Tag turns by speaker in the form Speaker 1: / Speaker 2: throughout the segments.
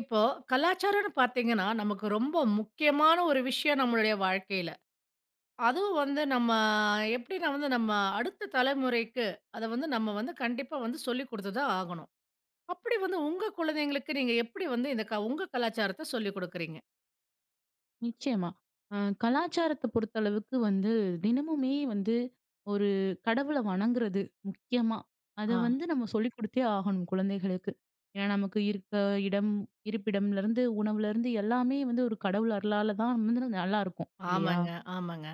Speaker 1: இப்போ கலாச்சாரம்னு பார்த்தீங்கன்னா, நமக்கு ரொம்ப முக்கியமான ஒரு விஷயம் நம்மளுடைய வாழ்க்கையில. அதுவும் வந்து நம்ம எப்படின்னா வந்து நம்ம அடுத்த தலைமுறைக்கு அத வந்து நம்ம வந்து கண்டிப்பா வந்து சொல்லிக் குடுத்து தான் ஆகணும். அப்படி வந்து உங்க குழந்தைங்களுக்கு நீங்க எப்படி வந்து இந்த க உங்க கலாச்சாரத்த சொல்லிக் குடுக்குறீங்க?
Speaker 2: நிச்சயமா. அ கலாச்சாரத்த பொறுத்தளவுக்கு வந்து தினமுமே வந்து ஒரு கடவுள வணங்குறது முக்கியமா. அத
Speaker 1: ஆ.
Speaker 2: வந்து நம்ம சொல்லிக் குடுத்தே ஆகணும் குழந்தைகளுக்கு. ஏன்னா நமக்கு இருக்க இடம், இருப்பிடம்லருந்து, உணவுலருந்து எல்லாமே வந்து ஒரு கடவுள் அருளால தான் வந்து நல்லாருக்கும் இல்லையா?
Speaker 1: ஆமாங்க, ஆமாங்க.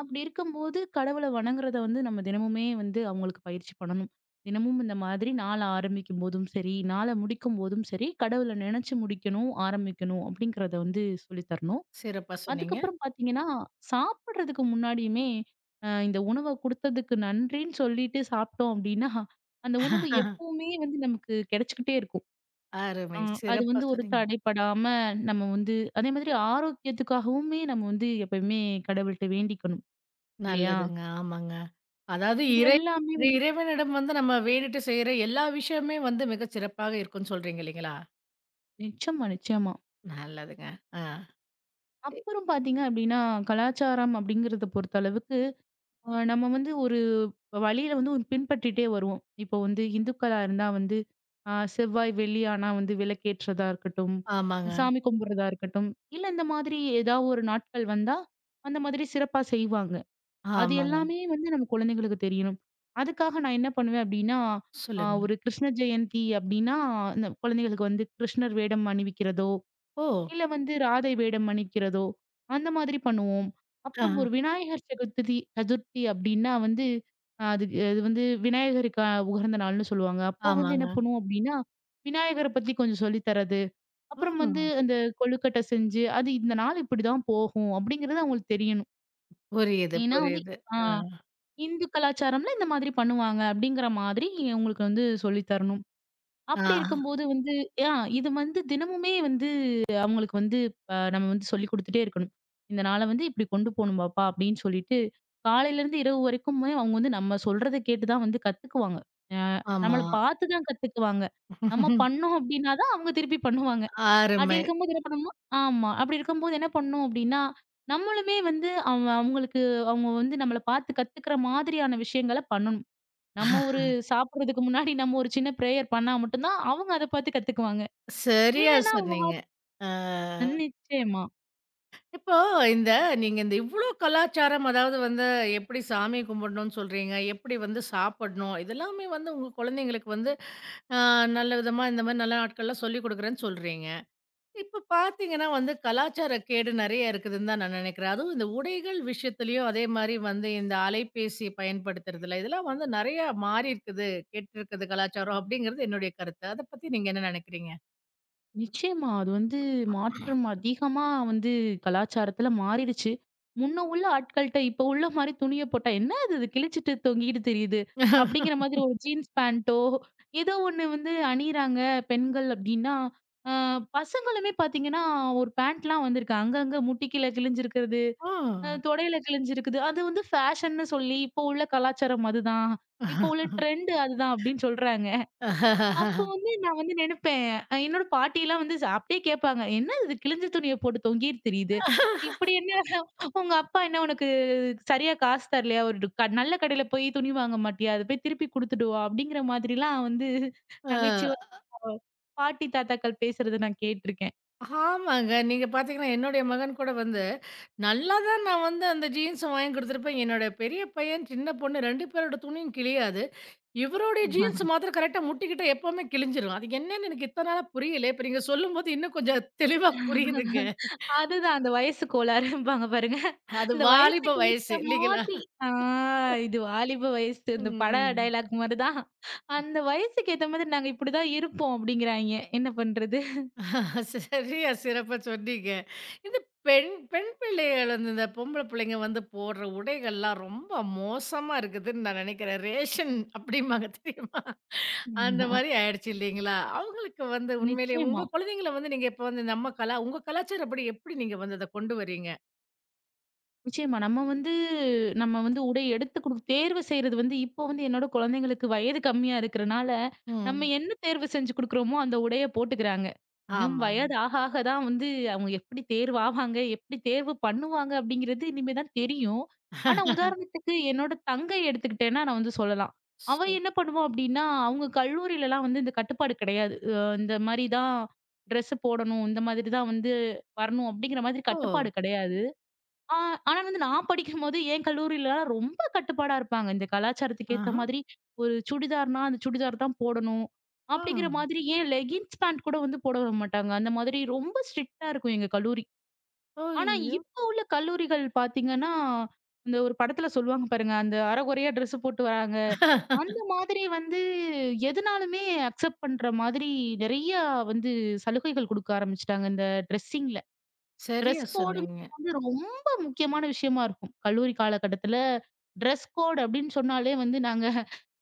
Speaker 2: அப்படி இருக்கும்போது கடவுள வணங்குறத வந்து நம்ம தினமுமே வந்து அவங்களுக்கு பயிற்சி பண்ணணும். தினமும் இந்த மாதிரி நாள ஆரம்பிக்கும்போதும் சரி, நாள முடிக்கும்போதும் சரி, கடவுள நினைச்சு முடிக்கணும், ஆரம்பிக்கணும் அப்படிங்கிறத வந்து சொல்லி தரணும்.
Speaker 1: சிறப்பா சொன்னீங்க.
Speaker 2: அதுக்கப்புறம் பார்த்தீங்கன்னா, சாப்பிடுறதுக்கு முன்னாடியுமே இந்த உணவ குடுத்ததுக்கு நன்றின்னு சொல்லிட்டு சாப்பிட்டோம் அப்டின்னா, அந்த உணவு எப்பவுமே வந்து நமக்கு கிடைச்சுக்கிட்டே இருக்கும். அ
Speaker 1: அருமை.
Speaker 2: அது
Speaker 1: சிறப்பா
Speaker 2: வந்து ஒரு
Speaker 1: சொன்னீங்க.
Speaker 2: தடைப்படாம நம்ம வந்து அதே மாதிரி ஆரோக்கியத்துக்காகவுமே நம்ம வந்து எப்பயுமே கடவுள்ட்ட வேண்டிக்கணும் இல்லையா?
Speaker 1: நல்லதுங்க. ஆமாங்க. அதாவது
Speaker 2: இது
Speaker 1: இறை
Speaker 2: எல்லாமே வந்து
Speaker 1: இறைவனிடம் வந்து நம்ம வேண்டிட்டு செய்ற எல்லா விஷயமுமே வந்து மிகச் சிறப்பாக இருக்கும்னு சொல்றீங்க இல்லீங்களா?
Speaker 2: நிச்சயமா, நிச்சயமா.
Speaker 1: நல்லதுங்க. ஆ.
Speaker 2: அப்புறம் பார்த்தீங்க அப்டின்னா, கலாச்சாரம் அப்டிங்கிறத பொறுத்தளவுக்கு நம்ம வந்து ஒரு வழியில வந்து ஒரு பின்பற்றிட்டே வருவோம். இப்போ வந்து இந்துக்களா இருந்தா வந்து செவ்வாய், வெள்ளி ஆனா வந்து விளக்கேற்றதா இருக்கட்டும்,
Speaker 1: ஆமாங்க,
Speaker 2: சாமி கும்பிடுறதா இருக்கட்டும், இல்ல இந்த மாதிரி ஏதாவது ஒரு நாட்கள் வந்தா, அந்த மாதிரி சிறப்பா செய்வாங்க. அது
Speaker 1: ஆமாங்க.
Speaker 2: எல்லாமே வந்து நம்ம குழந்தைங்களுக்கு தெரியணும். அதுக்காக நான் என்ன பண்ணுவேன் அப்படின்னா,
Speaker 1: சொல்லுங்க.
Speaker 2: ஒரு கிருஷ்ண ஜெயந்தி அப்படின்னா, இந்த குழந்தைகளுக்கு வந்து கிருஷ்ணர் வேடம் அணிவிக்கிறதோ
Speaker 1: ஓ!
Speaker 2: இல்ல வந்து ராதை வேடம் அணிக்கிறதோ, அந்த மாதிரி பண்ணுவோம்.
Speaker 1: ஆ.
Speaker 2: அப்புறம் ஒரு விநாயகர் சதுர்த்தி சதுர்த்தி அப்டின்னா வந்து, அதுக்கு அது வந்து விநாயகருக்கு உகந்த நாள்ன்னு சொல்லுவாங்க. அப்போ வந்து என்ன
Speaker 1: ஆமாங்க.
Speaker 2: பண்ணுவோம் அப்டின்னா, விநாயகர பத்தி கொஞ்சம் சொல்லி தர்றது, அப்புறம் வந்து
Speaker 1: ம்.
Speaker 2: அந்த கொழுக்கட்டை செஞ்சு, அது இந்த நாள் இப்டிதான் போகும் அப்டிங்கிறது அவங்களுக்கு தெரியணும்.
Speaker 1: புரியுது,
Speaker 2: ஏன்னா வந்து
Speaker 1: புரியுது.
Speaker 2: ஆ
Speaker 1: ஆ.
Speaker 2: இந்து கலாச்சாரம்ல இந்த மாதிரி பண்ணுவாங்க அப்டிங்கிற மாதிரி உங்களுக்கு வந்து சொல்லி தரணும். அப்படி
Speaker 1: ஆ.
Speaker 2: இருக்கும்போது வந்து ஆ இது வந்து தினமுமே வந்து அவங்களுக்கு வந்து நம்ம வந்து சொல்லிக் குடுத்துட்டே இருக்கணும். இந்த நாள வந்து இப்படி கொண்டு போணும் பாப்பா அப்படின்னு சொல்லிட்டு, காலையிலேருந்து இரவு வரைக்குமே அவங்க வந்து நம்ம சொல்றத கேட்டு தான் வந்து கத்துக்குவாங்க. அ
Speaker 1: ஆமா.
Speaker 2: நம்மள பார்த்து தான் கத்துக்குவாங்க. நம்ம பண்ணோம் அப்படின்னா தான் அவங்க திருப்பி பண்ணுவாங்க. அப்படி
Speaker 1: அருமை.
Speaker 2: இருக்கும்போது என்ன பண்ணணும்னா ஆமா. அப்படி இருக்கும்போது என்ன பண்ணணும் அப்படின்னா, நம்மளுமே வந்து அவங்களுக்கு அவங்க வந்து நம்மள பார்த்து கத்துக்கிற மாதிரியான விஷயங்கள பண்ணணும். நம்ம ஒரு சாப்பிடுறதுக்கு முன்னாடி நம்ம ஒரு சின்ன பிரேயர் பண்ணா மட்டும் தான் அவங்க அத பார்த்து கத்துக்குவாங்க.
Speaker 1: சரியா
Speaker 2: இல்லன்னா
Speaker 1: சொன்னீங்க. ஆ.
Speaker 2: நிச்சயமா,
Speaker 1: இப்போ இந்த நீங்க இந்த இவ்ளோ கலாச்சாரம், அதாவது வந்து எப்படி சாமி கும்பிடணும்னு சொல்றீங்க, எப்படி வந்து சாப்பிடணும், இதெல்லாமே வந்து உங்க குழந்தைங்களுக்கு வந்து, ஆ நல்ல விதமா இந்த மாரி நல்ல நாட்கள்ல சொல்லிக் குடுக்குறேன்னு சொல்றீங்க. இப்ப பார்த்தீங்கன்னா வந்து, கலாச்சார கேடு நெறைய இருக்குதுன்னு தான் நான் நெனைக்கிறேன். அதுவும் இந்த உடைகள் விஷயத்திலயும் அதே மாரி வந்து இந்த அலைபேசி பயன்படுத்துறதுல, இதெல்லாம் வந்து நெறையா மாறியிருக்குது. கெட்டிருக்குது கலாச்சாரம் அப்படிங்கிறது என்னுடைய கருத்து. அத பத்தி நீங்க என்ன நெனைக்கிறீங்க?
Speaker 2: நிச்சயமா. அது வந்து மாற்றம் அதிகமா வந்து கலாச்சாரத்துல மாறிடுச்சு. முன்ன உள்ள ஆட்கள்ட்ட இப்ப உள்ள மாரி துணிய போட்டா, "என்ன அது இது கிழிச்சிட்டு தொங்கிட்டு திரியுது?" அப்படிங்கிற மாதிரி ஒரு ஜீன்ஸ் பேண்டோ, ஏதோ ஒண்ணு வந்து அணியிறாங்க பெண்கள் அப்படின்னா, அ பசங்களுமே பார்த்தீங்கன்னா, ஒரு பேண்ட்லாம் வந்திருக்கு. அங்கங்க முட்டிக்கீழ கிழிஞ்சிருக்கிறது
Speaker 1: ஆ.
Speaker 2: தொடையில கிழிஞ்சிருக்குது. அது வந்து ஃபேஷன்னு சொல்லி, இப்போ உள்ள கலாச்சாரம் அதுதான். இப்போ உள்ள ட்ரெண்ட் அதுதான் அப்டின்னு சொல்றாங்க. அப்போ வந்து நான் வந்து நெனப்பேன், என்னோட பாட்டிலாம் வந்து அப்டியே கேட்பாங்க. "என்ன இது கிழிஞ்ச துணிய போட்டு தொங்கிட்டு திரியுது? இப்டி என்ன உங்க அப்பா என்ன உனக்கு சரியா காசு தரலையா? ஒரு நல்ல கடையில போய் துணி வாங்க மாட்டியா? அத போய் திருப்பி குடுத்துட்டு வா" அப்டிங்கிற மாதிரிலாம் வந்து
Speaker 1: அ
Speaker 2: நகைச்சுவை பாட்டி, தாத்தாக்கள் பேசுறத நான் கேட்டுருக்கேன்.
Speaker 1: ஆமாங்க. நீங்க பார்த்தீங்கன்னா, என்னுடைய மகன் கூட வந்து, நல்லா தான் நான் வந்து அந்த ஜீன்ஸ வாங்கி குடுத்துருப்பேன். என்னோட பெரிய பையன், சின்ன பொண்ணு 2 பேரோட துணியும் கிழியாது. இவருடைய ஜீன்ஸ் மாத்திரம் கரெக்ட்டா முட்டிக்கிட்ட எப்பவுமே கிழிஞ்சிரும். அது என்னன்னு எனக்கு இத்தன நாளா புரியல. இப்ப நீங்க சொல்லும்போது இன்னும் கொஞ்சம் தெளிவா புரியுதுங்க.
Speaker 2: அதுதான் அந்த வயசு கோளாறும்பாங்க பாருங்க.
Speaker 1: அது
Speaker 2: இந்த
Speaker 1: வாலிப
Speaker 2: வயசுக்கு
Speaker 1: வயசு
Speaker 2: ஏத்த
Speaker 1: இல்லைங்களா?
Speaker 2: மாதிரி ஆ இது வாலிப வயசு இந்த பட
Speaker 1: ம்.
Speaker 2: டயலாக் மாரி தான். அந்த வயசுக்கு ஏத்த மாதிரி நாங்க இப்படிதான் இருப்போம் அப்படிங்கிறாய்ங்க. என்ன பண்றது?
Speaker 1: சரியா சிறப்பா சொன்னீங்க. இந்த பெண் பெண் பிள்ளைகள் வந்து இந்த பொம்பள பிள்ளைங்க வந்து போடுற உடைகள்லாம் ரொம்ப மோசமா இருக்குதுன்னு நான் நினைக்கிறேன். ரேஷன் அப்படிம்பாங்க தெரியுமா? அந்த
Speaker 2: ஆமா.
Speaker 1: மாரி ஆயிடுச்சு இல்லைங்களா? அவங்களுக்கு வந்து உண்மையிலேயே
Speaker 2: நிச்சயமா.
Speaker 1: உங்க குழந்தைங்கள வந்து நீங்க இப்ப வந்து நம்ம கலா உங்க கலாச்சாரப்படி எப்படி நீங்க வந்து அத கொண்டு வரீங்க?
Speaker 2: நிச்சயமா. நம்ம வந்து நம்ம வந்து உடை எடுத்து குடு தேர்வு செய்றது வந்து இப்போ வந்து என்னோட குழந்தைங்களுக்கு வயது கம்மியா இருக்கிறனால, நம்ம
Speaker 1: ம்.
Speaker 2: என்ன தேர்வு செஞ்சு குடுக்குறோமோ அந்த உடைய போட்டுக்கிறாங்க. இன்னும்
Speaker 1: ஆமாங்க.
Speaker 2: வயது ஆக ஆக தான் வந்து அவங்க எப்படி தேர்வு ஆவாங்க, எப்படி தேர்வு பண்ணுவாங்க அப்படிங்கிறது இனிமே தான் தெரியும். ஆனா உதாரணத்துக்கு என்னோட தங்கை எடுத்துக்கிட்டேன்னா நான் வந்து சொல்லலாம். அவ என்ன பண்ணுவா அப்படின்னா, அவங்க கல்லூரிலலாம் வந்து இந்த கட்டுப்பாடு கிடையாது. இந்த மாரி தான் ட்ரெஸ் போடணும், இந்த மாதிரி தான் வந்து வரணும் அப்படிங்கிற மாதிரி
Speaker 1: ஓ!
Speaker 2: கட்டுப்பாடு கிடையாது. ஆ ஆனா வந்து நான் படிக்கும்போது, என் கல்லூரிலலாம் ரொம்ப கட்டுப்பாடா இருப்பாங்க. இந்த கலாச்சாரத்துக்கு ஏத்த
Speaker 1: ஆஹா!
Speaker 2: மாதிரி ஒரு சுடிதார்னா, அந்த சுடிதார் தான் போடணும்.
Speaker 1: ஆ.
Speaker 2: அப்படிங்கிற மாதிரி ஏன் லெகின்ஸ் பேண்ட் கூட வந்து போட விட மாட்டாங்க. அந்த மாதிரி ரொம்ப ஸ்ட்ரிக்ட்டா இருக்கும் எங்க கல்லூரி. ஆனா
Speaker 1: ஐயோ!
Speaker 2: இப்போ உள்ள கல்லூரிகள் பார்த்தீங்கன்னா, இந்த ஒரு படத்துல சொல்லுவாங்க பாருங்க, அந்த அரைகுறையா ட்ரெஸ் போட்டு வராங்க. அந்த மாதிரி வந்து எதுனாலுமே அக்செப்ட் பண்ற மாதிரி நெறைய வந்து சலுகைகள் குடுக்க ஆரம்பிச்சுட்டாங்க. இந்த ட்ரெஸ்ஸிங்
Speaker 1: சரியா
Speaker 2: டிரெஸ் கோடுங்கிறது
Speaker 1: சொன்னீங்க.
Speaker 2: வந்து ரொம்ப முக்கியமான விஷயமா இருக்கும். கல்லூரி காலகட்டத்துல டிரெஸ் கோட் அப்படின்னு சொன்னாலே வந்து நாங்க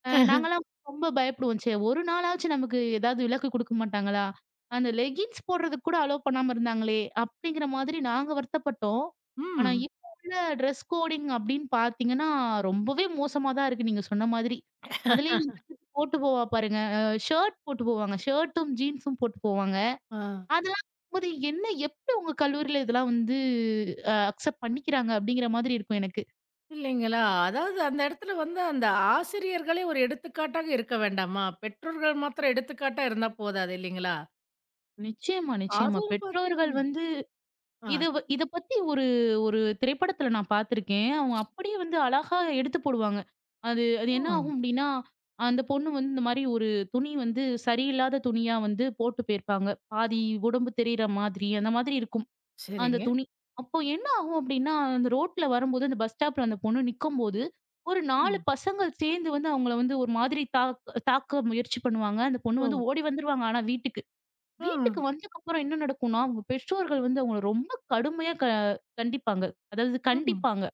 Speaker 2: அ நாங்கலாம் ரொம்ப பயப்படுவோம். ச்சே! ஒரு நாளாச்சும் நமக்கு ஏதாவது விலக்கு குடுக்க மாட்டாங்களா? அந்த லெகின்ஸ் போடுறதுக்கு கூட அலோ பண்ணாம இருந்தாங்களே! அப்படிங்கிற மாதிரி நாங்க வருத்தப்பட்டோம். ஆனா
Speaker 1: ம்.
Speaker 2: இப்ப உள்ள டிரெஸ் கோடிங் அப்படின்னு பார்த்தீங்கன்னா, ரொம்பவே மோசமா தான் இருக்கு நீங்க சொன்ன மாதிரி. அதுலயும் என் தங்கச்சி போட்டு போவா பாருங்க. ஷர்ட் போட்டு போவாங்க. ஷர்ட்டும், ஜீன்ஸும் போட்டு போவாங்க.
Speaker 1: ஆ.
Speaker 2: அதெல்லாம் போது என்ன எப்படி உங்க கல்லூரியில இதெல்லாம் வந்து அக்செப்ட் பண்ணிக்கிறாங்க? அப்படிங்கிற மாதிரி இருக்கும் எனக்கு.
Speaker 1: இல்லைங்களா? அதாவது அந்த இடத்துல வந்து அந்த ஆசிரியர்களே ஒரு எடுத்துக்காட்டாக இருக்க வேண்டாமா? பெற்றோர்கள் மாத்திரம் எடுத்துக்காட்டா இருந்தா போதாது இல்லைங்களா?
Speaker 2: நிச்சயமா, நிச்சயமா.
Speaker 1: அதுவும் பார்த்தீங்க
Speaker 2: பெற்றோர்கள் வந்து
Speaker 1: ஆ.
Speaker 2: இத பத்தி ஒரு ஒரு திரைப்படத்துல நான் பார்த்துருக்கேன். அவங்க அப்படியே வந்து அழகா எடுத்து போடுவாங்க. அது அது என்ன
Speaker 1: ம்.
Speaker 2: ஆகும் அப்படின்னா, அந்த பொண்ணு வந்து இந்த மாரி ஒரு துணி வந்து சரியில்லாத துணியா வந்து போட்டு போயிருப்பாங்க. பாதி உடம்பு தெரியிற மாதிரி அந்த மாதிரி இருக்கும். அந்த
Speaker 1: சரிங்க.
Speaker 2: துணி. அப்போ என்ன ஆகும் அப்டின்னா, அந்த ரோட்ல வரும்போது, அந்த பஸ் ஸ்டாப்ல அந்த பொண்ணு நிக்கும்போது, ஒரு 4
Speaker 1: ம்.
Speaker 2: பசங்கள் சேர்ந்து வந்து அவங்கள வந்து ஒரு மாதிரி தாக்க முயற்சி பண்ணுவாங்க. அந்த பொண்ணு
Speaker 1: ஓ!
Speaker 2: வந்து ஓடி வந்துருவாங்க ஆனா வீட்டுக்கு.
Speaker 1: ஆ.
Speaker 2: வீட்டுக்கு வந்ததுக்கப்புறம் என்ன நடக்கும்னா, அவங்க பெற்றோர்கள் வந்து அவங்கள ரொம்ப கடுமையா கண்டிப்பாங்க. அதாவது
Speaker 1: ம்.
Speaker 2: கண்டிப்பாங்க.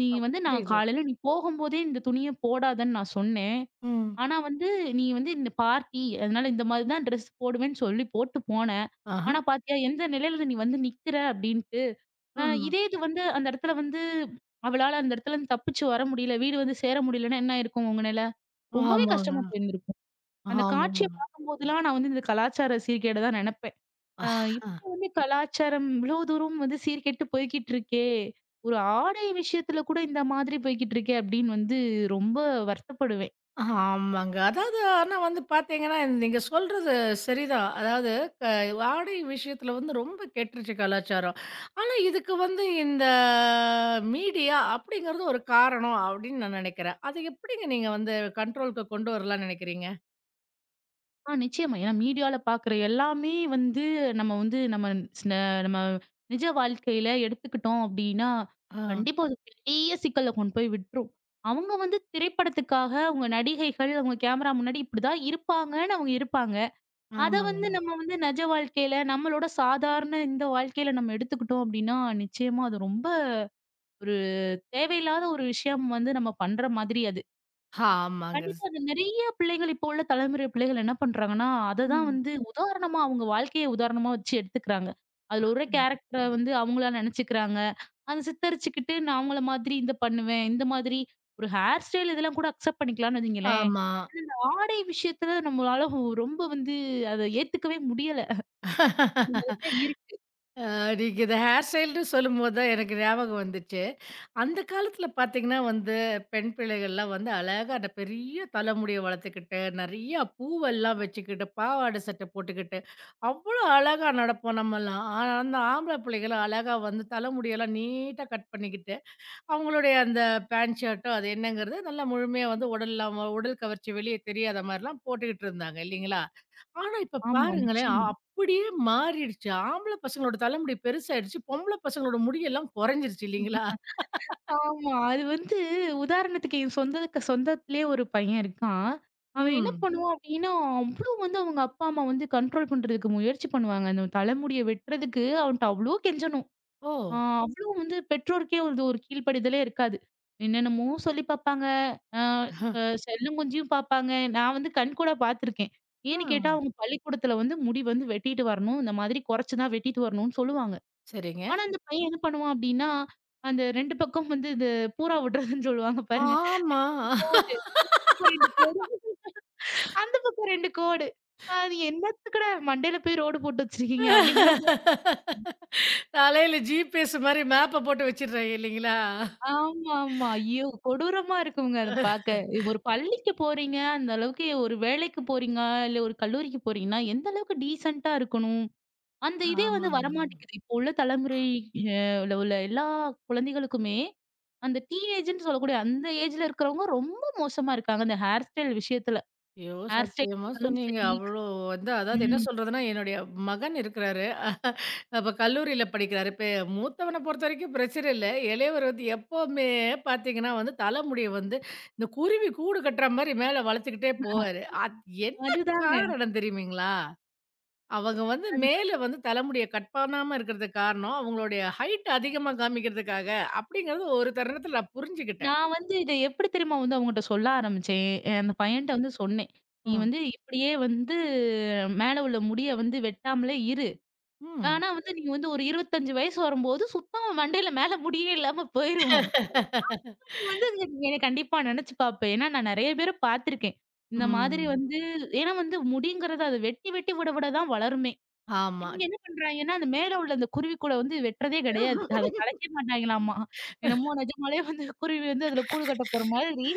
Speaker 2: "நீ
Speaker 1: அ
Speaker 2: வந்து நான்
Speaker 1: புரியுது.
Speaker 2: காலையில நீ போகும்போதே இந்த துணிய போடாதன்னு நான் சொன்னேன்.
Speaker 1: ம்.
Speaker 2: ஆனா வந்து நீ வந்து இந்த பார்ட்டி அதனால இந்த மாரி தான் ட்ரெஸ் போடுவேன்னு சொல்லி போட்டு போன.
Speaker 1: ஆஹா.
Speaker 2: ஆனா பாத்தியா எந்த நிலையில நீ வந்து நிக்கிற" அப்டின்ட்டு
Speaker 1: ம்.
Speaker 2: இதே இது வந்து அந்த இடத்துல வந்து அவளால அந்த இடத்துலருந்து தப்பிச்சு வர முடியல. வீடு வந்து சேர முடியலன்னா என்ன ஆயிருக்கும் உங்க நிலை? ரொம்பவே
Speaker 1: ஆமாங்க.
Speaker 2: கஷ்டமா போயிருந்திருக்கும். அந்த
Speaker 1: ஆமாங்க.
Speaker 2: காட்சிய பார்க்கும்போதெல்லாம் நான் வந்து இந்த கலாச்சார சீர்கேட தான் நினைப்பேன். அ இப்படி வந்து கலாச்சாரம் இவ்ளோ தூரம் வந்து சீர்கெட்டு போய்க்கிட்டு இருக்கே! ஒரு ஆடை விஷயத்துல கூட இந்த மாதிரி போய்க்கிட்டு இருக்கே! அப்படின்னு வந்து ரொம்ப வருத்தப்படுவேன்.
Speaker 1: ஆமாங்க. அதாவது ஆனா வந்து பார்த்தீங்கன்னா, நீங்க சொல்றது சரிதான். அதாவது க ஆடை விஷயத்தில வந்து ரொம்ப கெட்டுருச்சு கலாச்சாரம். ஆனா இதுக்கு வந்து இந்த மீடியா அப்படிங்கிறது ஒரு காரணம் அப்படின்னு நான் நெனைக்கிறேன். அது எப்படிங்க நீங்க வந்து கண்ட்ரோலுக்கு கொண்டு வரலாம்ன்னு நெனைக்கிறீங்க?
Speaker 2: நிச்சயமா. ஏன்னா மீடியால பாக்குற எல்லாமே வந்து நம்ம வந்து நம்ம ஸ்ன நம்ம நிஜ வாழ்க்கையில எடுத்துக்கிட்டோம் அப்டின்னா,
Speaker 1: ஆ.
Speaker 2: கண்டிப்பா அது பெரிய சிக்கல்ல கொண்டு போய் விட்டுரும். அவங்க வந்து திரைப்படத்துக்காக அவங்க நடிகைகள், அவங்க கேமரா முன்னாடி இப்படிதான் இருப்பாங்கன்னு அவங்க இருப்பாங்க. அத வந்து
Speaker 1: ஆமாங்க.
Speaker 2: நம்ம வந்து நிஜ வாழ்க்கையில நம்மளோட சாதாரண இந்த வாழ்க்கையில நம்ம எடுத்துக்கிட்டோம் அப்டின்னா, நிச்சயமா அது ரொம்ப ஒரு தேவையில்லாத ஒரு விஷயம் வந்து நம்ம பண்ற மாதிரி அது.
Speaker 1: ஆமாங்க.
Speaker 2: கண்டிப்பா.
Speaker 1: ஸ்
Speaker 2: அது நெறைய பிள்ளைகள் இப்போ உள்ள தலைமுறை பிள்ளைகள் என்ன பண்றாங்கன்னா, அததான்
Speaker 1: ம்.
Speaker 2: வந்து உதாரணமா அவங்க வாழ்க்கைய உதாரணமா வச்சு எடுத்துக்கிறாங்க. அதுல ஒரு கேரக்டர வந்து அவங்களா நெனச்சுக்கிறாங்க. அத சித்தரிச்சுக்கிட்டு நான் அவங்கள மாதிரி இந்த பண்ணுவேன். இந்த மாதிரி ஒரு ஹேர் ஸ்டைல் இதெல்லாம் கூட அக்செப்ட் பண்ணிக்கலாம்னு வையுங்களேன்.
Speaker 1: ஆமா.
Speaker 2: ஆடை விஷயத்துல நம்மளால ரொம்ப வந்து அத ஏத்துக்கவே முடியல. அதுதான் இருக்கு.
Speaker 1: நீங்க இந்த ஹேர் ஸ்டைல்ன்னு சொல்லும்போது தான் எனக்கு ஞாபகம் வந்துச்சு. அந்த காலத்தில பார்த்தீங்கன்னா வந்து, பெண் பிள்ளைகள்லாம் வந்து அழகா அந்த பெரிய தலைமுடிய வளர்த்துக்கிட்டு, நிறையா பூவெல்லாம் வச்சுக்கிட்டு, பாவாடை சட்டை போட்டுக்கிட்டு, அவ்வளோ அழகா நடப்போம் நம்மலாம். ஆனா அந்த ஆம்பள பிள்ளைகள்லாம் அழகா வந்து தலைமுடியெல்லாம் நீட்டா கட் பண்ணிக்கிட்டு அவங்களுடைய அந்த பேண்ட் ஷர்ட்டோ அது என்னங்கிறது நல்லா முழுமையா வந்து உடல்லாம் உடல் கவர்ச்சி வெளியே தெரியாத மாரிலாம் போட்டுக்கிட்டு இருந்தாங்க இல்லைங்களா? ஆனா, இப்ப
Speaker 2: ஆமா,
Speaker 1: பாருங்களேன் அ
Speaker 2: நிச்சயமா.
Speaker 1: அப்படியே மாறிடுச்சு. ஆம்பள பசங்களோட தலைமுடி பெருசாயிடுச்சு. பொம்பள பசங்களோட முடியெல்லாம் குறைஞ்சிருச்சு இல்லைங்களா?
Speaker 2: ஆமா. அது வந்து உதாரணத்துக்கு என் சொந்தத்திலேயே ஒரு பையன் இருக்கான். அவன் என்ன
Speaker 1: ம்.
Speaker 2: பண்ணுவான் அப்டின்னா, அவ்ளோ வந்து அவங்க அப்பா, அம்மா வந்து கண்ட்ரோல் பண்றதுக்கு முயற்சி பண்ணுவாங்க. அந்த தலைமுடிய வெட்டுறதுக்கு அவன்ட்ட அவ்ளோ கெஞ்சணும்.
Speaker 1: ஓ!
Speaker 2: ஆ அவ்ளோ வந்து பெற்றோருக்கே வந்து ஒரு கீழ்ப்படிதலே இருக்காது. என்னென்னமோ சொல்லி பாப்பாங்க. அ
Speaker 1: அஹ்,
Speaker 2: அ செல்லங்குஞ்சியும் பாப்பாங்க. நான் வந்து கண்கூடா பார்த்துருக்கேன்.
Speaker 1: ஆ
Speaker 2: ஏன்னு கேட்டா அவங்க பள்ளிக்கூடத்துல வந்து முடி வந்து வெட்டிட்டு வரணும். இந்த மாதிரி குறைச்சு தான் வெட்டிட்டு வரணும்னு சொல்லுவாங்க.
Speaker 1: சரிங்க.
Speaker 2: ஆனா, அந்த பையன் என்ன பண்ணுவான் அப்டின்னா, அந்த 2 பக்கம் வந்து இது பூரா விடுறதுன்னு சொல்லுவாங்க பாருங்க.
Speaker 1: ஆமா.
Speaker 2: கோடு. 2 கோடுக்கு 2 கோடு. அது என்னத்துக்குடா மண்டையில போய் ரோடு போட்டு வச்சிருக்கீங்க அப்டிங்கிற மாரி.
Speaker 1: தலையில ஜிபிஎஸ் மாரி மேப்ப போட்டு வச்சுடுறாங்க இல்லைங்களா?
Speaker 2: ஆமாமா. ஐயோ! கொடூரமா இருக்குங்க அத பாக்க.
Speaker 1: அஹ்,
Speaker 2: ஒரு பள்ளிக்கு போறீங்க, அந்த அளவுக்கு ஒரு வேலைக்கு போறீங்க, இல்ல ஒரு கல்லூரிக்கு போறீங்கன்னா, எந்த அளவுக்கு டீசென்ட்டா இருக்கணும்? அந்த இதே வந்து
Speaker 1: ஆமாங்க.
Speaker 2: வரமாட்டேங்குது. இப்போ உள்ள தலைமுறை அ ல உள்ள எல்லா குழந்தைகளுக்குமே, அந்த டீனேஜ்ன்னு சொல்லக்கூடிய அந்த ஏஜ்ல இருக்கிறவங்க ரொம்ப மோசமா இருக்காங்க. அந்த ஹேர் ஸ்டைல் விஷயத்துல.
Speaker 1: ஐயோ!
Speaker 2: ஹேர் ஸ்டைல்
Speaker 1: சத்தியமா
Speaker 2: இருந்தாலும்
Speaker 1: சொன்னீங்க.
Speaker 2: சரி.
Speaker 1: அவ்ளோ வந்து அதாவது என்ன
Speaker 2: ம்.
Speaker 1: சொல்றதுன்னா, என்னுடைய மகன் இருக்கிறாரு. அப்ப கல்லூரியில படிக்கிறாரு. இப்ப மூத்தவன பொறுத்தவரைக்கும் பிரச்சனை இல்ல. இளையவர் வந்து எப்பவுமே பார்த்தீங்கன்னா வந்து, தலைமுடிய வந்து இந்த குருவி கூடு கட்டுற மாரி மேல வளச்சுக்கிட்டே போவாரு. அது என்ன
Speaker 2: அதுதாங்க.
Speaker 1: காரணம் தெரியுமீங்களா? அவங்க வந்து
Speaker 2: அதுதான்.
Speaker 1: மேல வந்து தலைமுடிய கட் பண்ணாம இருக்கிறதுக்கு காரணம், அவங்களுடைய ஹைட் அதிகமா காமிக்கிறதுக்காக அப்படிங்கிறது ஒரு தருணத்தில நான் புரிஞ்சுகிட்டேன்.
Speaker 2: நான் வந்து இத எப்படி தெரியுமா வந்து அவங்கட்ட சொல்ல ஆரம்பிச்சேன். அந்த
Speaker 1: ம்.
Speaker 2: பையன்ட்ட வந்து சொன்னேன். "நீ
Speaker 1: ம்.
Speaker 2: வந்து இப்படியே வந்து மேல உள்ள முடிய வந்து வெட்டாமலே இரு. ஆனா வந்து நீ வந்து ஒரு 25 வயசு வரும்போது சுத்தமா மண்டையில மேல முடியே இல்லாம போயிரும்."
Speaker 1: ம்.
Speaker 2: வந்து என்ன கண்டிப்பா நெனச்சு பாப்பேன். ஏன்னா, நான் நெறைய பேர பார்த்துருக்கேன். இந்த மாதிரி
Speaker 1: ம்.
Speaker 2: வந்து ஏன்னா வந்து முடிங்கிறது அது வெட்டி வெட்டி விட விட தான் வளருமே.
Speaker 1: ஆமா.
Speaker 2: இவங்க என்ன பண்றாங்கன்னா, அந்த மேல உள்ள அந்த குருவிக்கூட வந்து வெட்டுறதே கிடையாது. அத கலைக்க மாட்டாங்களாமா. என்னமோ நிஜமாலே வந்து குருவி வந்து அதுல கூடு கட்ட போற மாதிரி,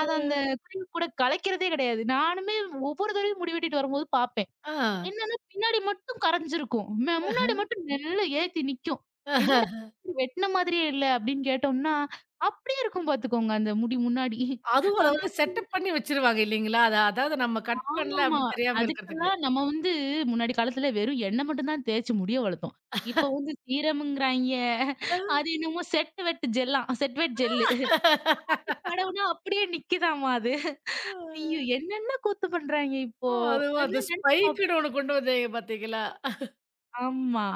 Speaker 2: அத அந்த குருவிக்கூட கலைக்கிறதே கிடையாது. நானுமே ஒவ்வொரு தடவையும் முடி வெட்டிட்டு வரும்போது பார்ப்பேன்.
Speaker 1: ஆ.
Speaker 2: என்னன்னா பின்னாடி மட்டும் கரஞ்சிருக்கும்.
Speaker 1: ஆஹ.
Speaker 2: முன்னாடி மட்டும் மெல்ல ஏத்தி நிக்கும்.
Speaker 1: ஆஹ.
Speaker 2: "என்னடா! வெட்டுன மாதிரியே இல்ல." அப்படின்னு கேட்டோம்னா, அப்படியே இருக்கும் பாத்துக்கோங்க அந்த முடி முன்னாடி.
Speaker 1: அதுவும் அத வந்து செட்டப் பண்ணி வச்சுருவாங்க இல்லைங்களா? அத அதாவது நம்ம கட் பண்ணல
Speaker 2: ஆமாமா.
Speaker 1: அப்படின்னு தெரியாம இருக்கிறதுக்கு.
Speaker 2: அதுக்கெல்லாம் நம்ம வந்து முன்னாடி காலத்துல வெறும் எண்ணெய் மட்டும் தான் தேய்ச்சு முடிய வளர்த்தோம். இப்ப வந்து சீரம்ங்கிறாய்ங்க. அது என்னமோ செட் வெட் ஜெல்லாம் செட் வெட் ஜெல்லு. தடவுனா அப்படியே நிக்குதாமா அது. ஐயோ! என்னென்ன கூத்து பண்றாய்ங்க இப்போ.
Speaker 1: ஆ அதுவும் அந்த
Speaker 2: அதெல்லாம் நெனச்சு பாப்
Speaker 1: ஸ்பைக்குன்னு ஒண்ணு கொண்டு வந்தீங்க பார்த்தீங்களா?
Speaker 2: ஆமா.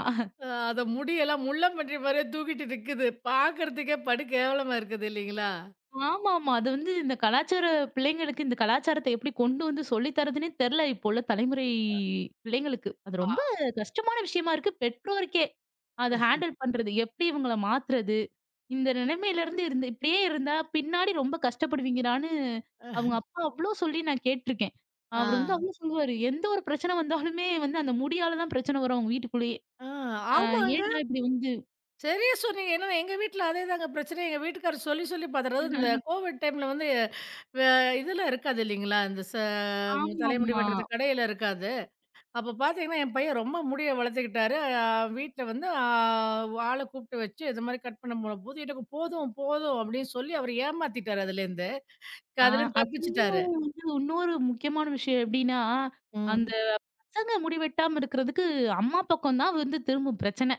Speaker 1: அ அத முடியெல்லாம் முள்ளம்பன்றி மாரியே தூக்கிட்டு நிக்குது. பாக்கறதுக்கே படு கேவலமா இருக்குது இல்லைங்களா?
Speaker 2: ஆமாமா. அது வந்து இந்த கலாச்சார பிள்ளைங்களுக்கு இந்த கலாச்சாரத்த எப்படி கொண்டு வந்து சொல்லி தர்றதுன்னே தெர்ல. இப்போ உள்ள தலைமுறை பிள்ளைங்களுக்கு. அது ரொம்ப
Speaker 1: ஆ.
Speaker 2: கஷ்டமான விஷயமா இருக்கு. பெற்றோருக்கே. அத ஹேண்டில் பண்றது. எப்படி இவங்கள மாத்துறது? இந்த நிலைமையில இருந்து இருந்து இப்படியே இருந்தா பின்னாடி ரொம்ப கஷ்டப்படுவீங்கடான்னு
Speaker 1: ஆ.
Speaker 2: அவங்க அப்பா அவ்ளோ சொல்லி நான் கேட்டுருக்கேன். அவரு வந்து
Speaker 1: ஆ.
Speaker 2: அவ்ளோ சொல்லுவாரு. எந்த ஒரு பிரச்சனை வந்தாலுமே வந்து அந்த முடியால தான் பிரச்சனை வரும் அவங்க வீட்டுக்குள்ளேயே. ஆ
Speaker 1: ஆமாங்க.
Speaker 2: ஏன்டா இப்படி வந்து
Speaker 1: சரியா சொன்னீங்க. ஏன்னா எங்க வீட்ல அதேதாங்க பிரச்சனை. எங்க வீட்டுக்காரர் சொல்லி சொல்லி பார்த்தாரு. அதாவது இந்த கோவிட் டைம்ல வந்து வே இதெல்லாம் இருக்காது இல்லைங்களா? இந்த ச தலைமுடி
Speaker 2: ஆமாமா.
Speaker 1: வெட்டுறது கடையில இருக்காது. அப்ப பார்த்தீங்கன்னா, என் பையன் ரொம்ப முடிய வளர்த்துக்கிட்டாரு. அ வீட்ல வந்து ஆ ஆள கூப்பிட்டு வச்சு இது மாரி கட் பண்ண போனபோது, எனக்கு போதும் போதும் அப்படின்னு சொல்லி அவரு ஏமாத்திட்டாரு அதுலேருந்து.
Speaker 2: ஆ
Speaker 1: அதுலேருந்து
Speaker 2: அது
Speaker 1: தப்பிச்சுட்டாரு.
Speaker 2: வந்து இன்னொரு முக்கியமான விஷயம் எப்படின்னா,
Speaker 1: ம்.
Speaker 2: அந்த பசங்க முடி வெட்டாம இருக்கிறதுக்கு அம்மா பக்கம் தான் வந்து திரும்பும் பிரச்சனை.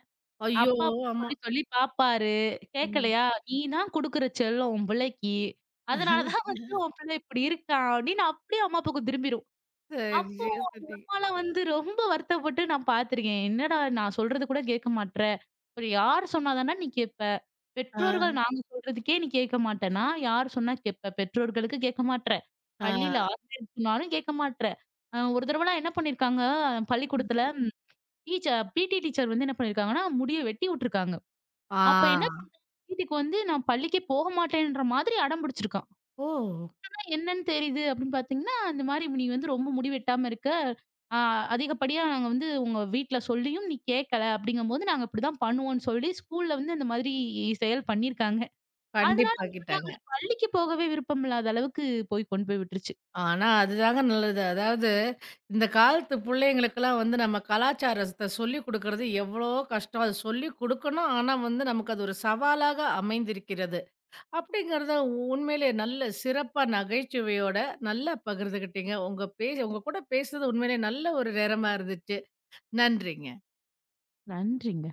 Speaker 1: ஐயோ!
Speaker 2: அப்பா வந்து
Speaker 1: ஆமா.
Speaker 2: சொல்லி சொல்லி பாப்பாரு.
Speaker 1: ம்.
Speaker 2: கேட்கலையா, "நீ தான் குடுக்குற செல்லம் உன் பிள்ளைக்கு. அதனால தான் வந்து உன் பிள்ளை இப்படி இருக்கான்" அப்படின்னு அப்படியே அம்மா பக்கம் திரும்பிரும். அப்போ
Speaker 1: சரியா சொன்னீங்க.
Speaker 2: அம்மாலாம் வந்து ரொம்ப வருத்தப்பட்டு நான் பார்த்துருக்கேன். "என்னடா நான் சொல்றது கூட கேட்க மாட்ற! ஒரு யார் சொன்னா தானே நீ கேட்ப?
Speaker 1: ஆ.
Speaker 2: பெற்றோர்கள் நாங்க சொல்றதுக்கே நீ கேட்க மாட்டேன்னா, யார் சொன்னா கேட்ப? பெற்றோர்களுக்கு கேட்க மாட்ற.
Speaker 1: ஆ.
Speaker 2: பள்ளியில ஆசிரியர் சொன்னாலும் கேட்க மாட்ற." ஒரு தடவலாம் என்ன பண்ணியிருக்காங்க, பள்ளிக்கூடத்துல டீச்சர் வந்து என்ன பண்ணியிருக்காங்கன்னா, முடிய வெட்டி விட்டுருக்காங்க.
Speaker 1: ஆ.
Speaker 2: அப்ப என்ன பண்றா, வீட்டுக்கு வந்து நான் பள்ளிக்கே போக மாட்டேன்ற மாதிரி அடம் பிடிச்சிருக்கா.
Speaker 1: ஓ!
Speaker 2: என்னன்னு தெரியுது அப்படின்னு பார்த்தீங்கன்னா, அந்த மாரி நீ வந்து ரொம்ப முடி வெட்டாம இருக்க. ஆ அதிகப்படியா நாங்க வந்து உங்க வீட்ல சொல்லியும் நீ கேட்கல அப்படிங்கும்போது, நாங்க இப்படிதான் பண்ணுவோம்னு சொல்லி ஸ்கூல்ல வந்து அந்த மாதிரி செயல் பண்ணியிருக்காங்க. அதனால அவங்க என்ன
Speaker 1: கண்டிப்பாக்கிட்டாங்க.
Speaker 2: பண்ணாங்கன்னா, பள்ளிக்கு போகவே விருப்பம் இல்லாத அளவுக்கு போய் கொண்டு போய் விட்டுருச்சு.
Speaker 1: ஆனா, அதுதாங்க நல்லது. அதாவது இந்த காலத்து புள்ளைங்களுக்கெல்லாம் வந்து நம்ம கலாச்சாரத்த சொல்லிக் குடுக்குறது எவ்வளோ கஷ்டம். அது சொல்லிக் குடுக்கணும். ஆனா வந்து நமக்கு அது ஒரு சவாலாக அமைந்திருக்கிறது. அப்படிங்கிறத உண்மையிலே நல்ல சிறப்பா நகைச்சுவையோட நல்லா பகிர்ந்துக்கிட்டீங்க. உங்க பேச உங்க கூட பேசுனது உண்மையிலே நல்ல ஒரு நேரமா இருந்துச்சு. நன்றிங்க.
Speaker 2: நன்றிங்க.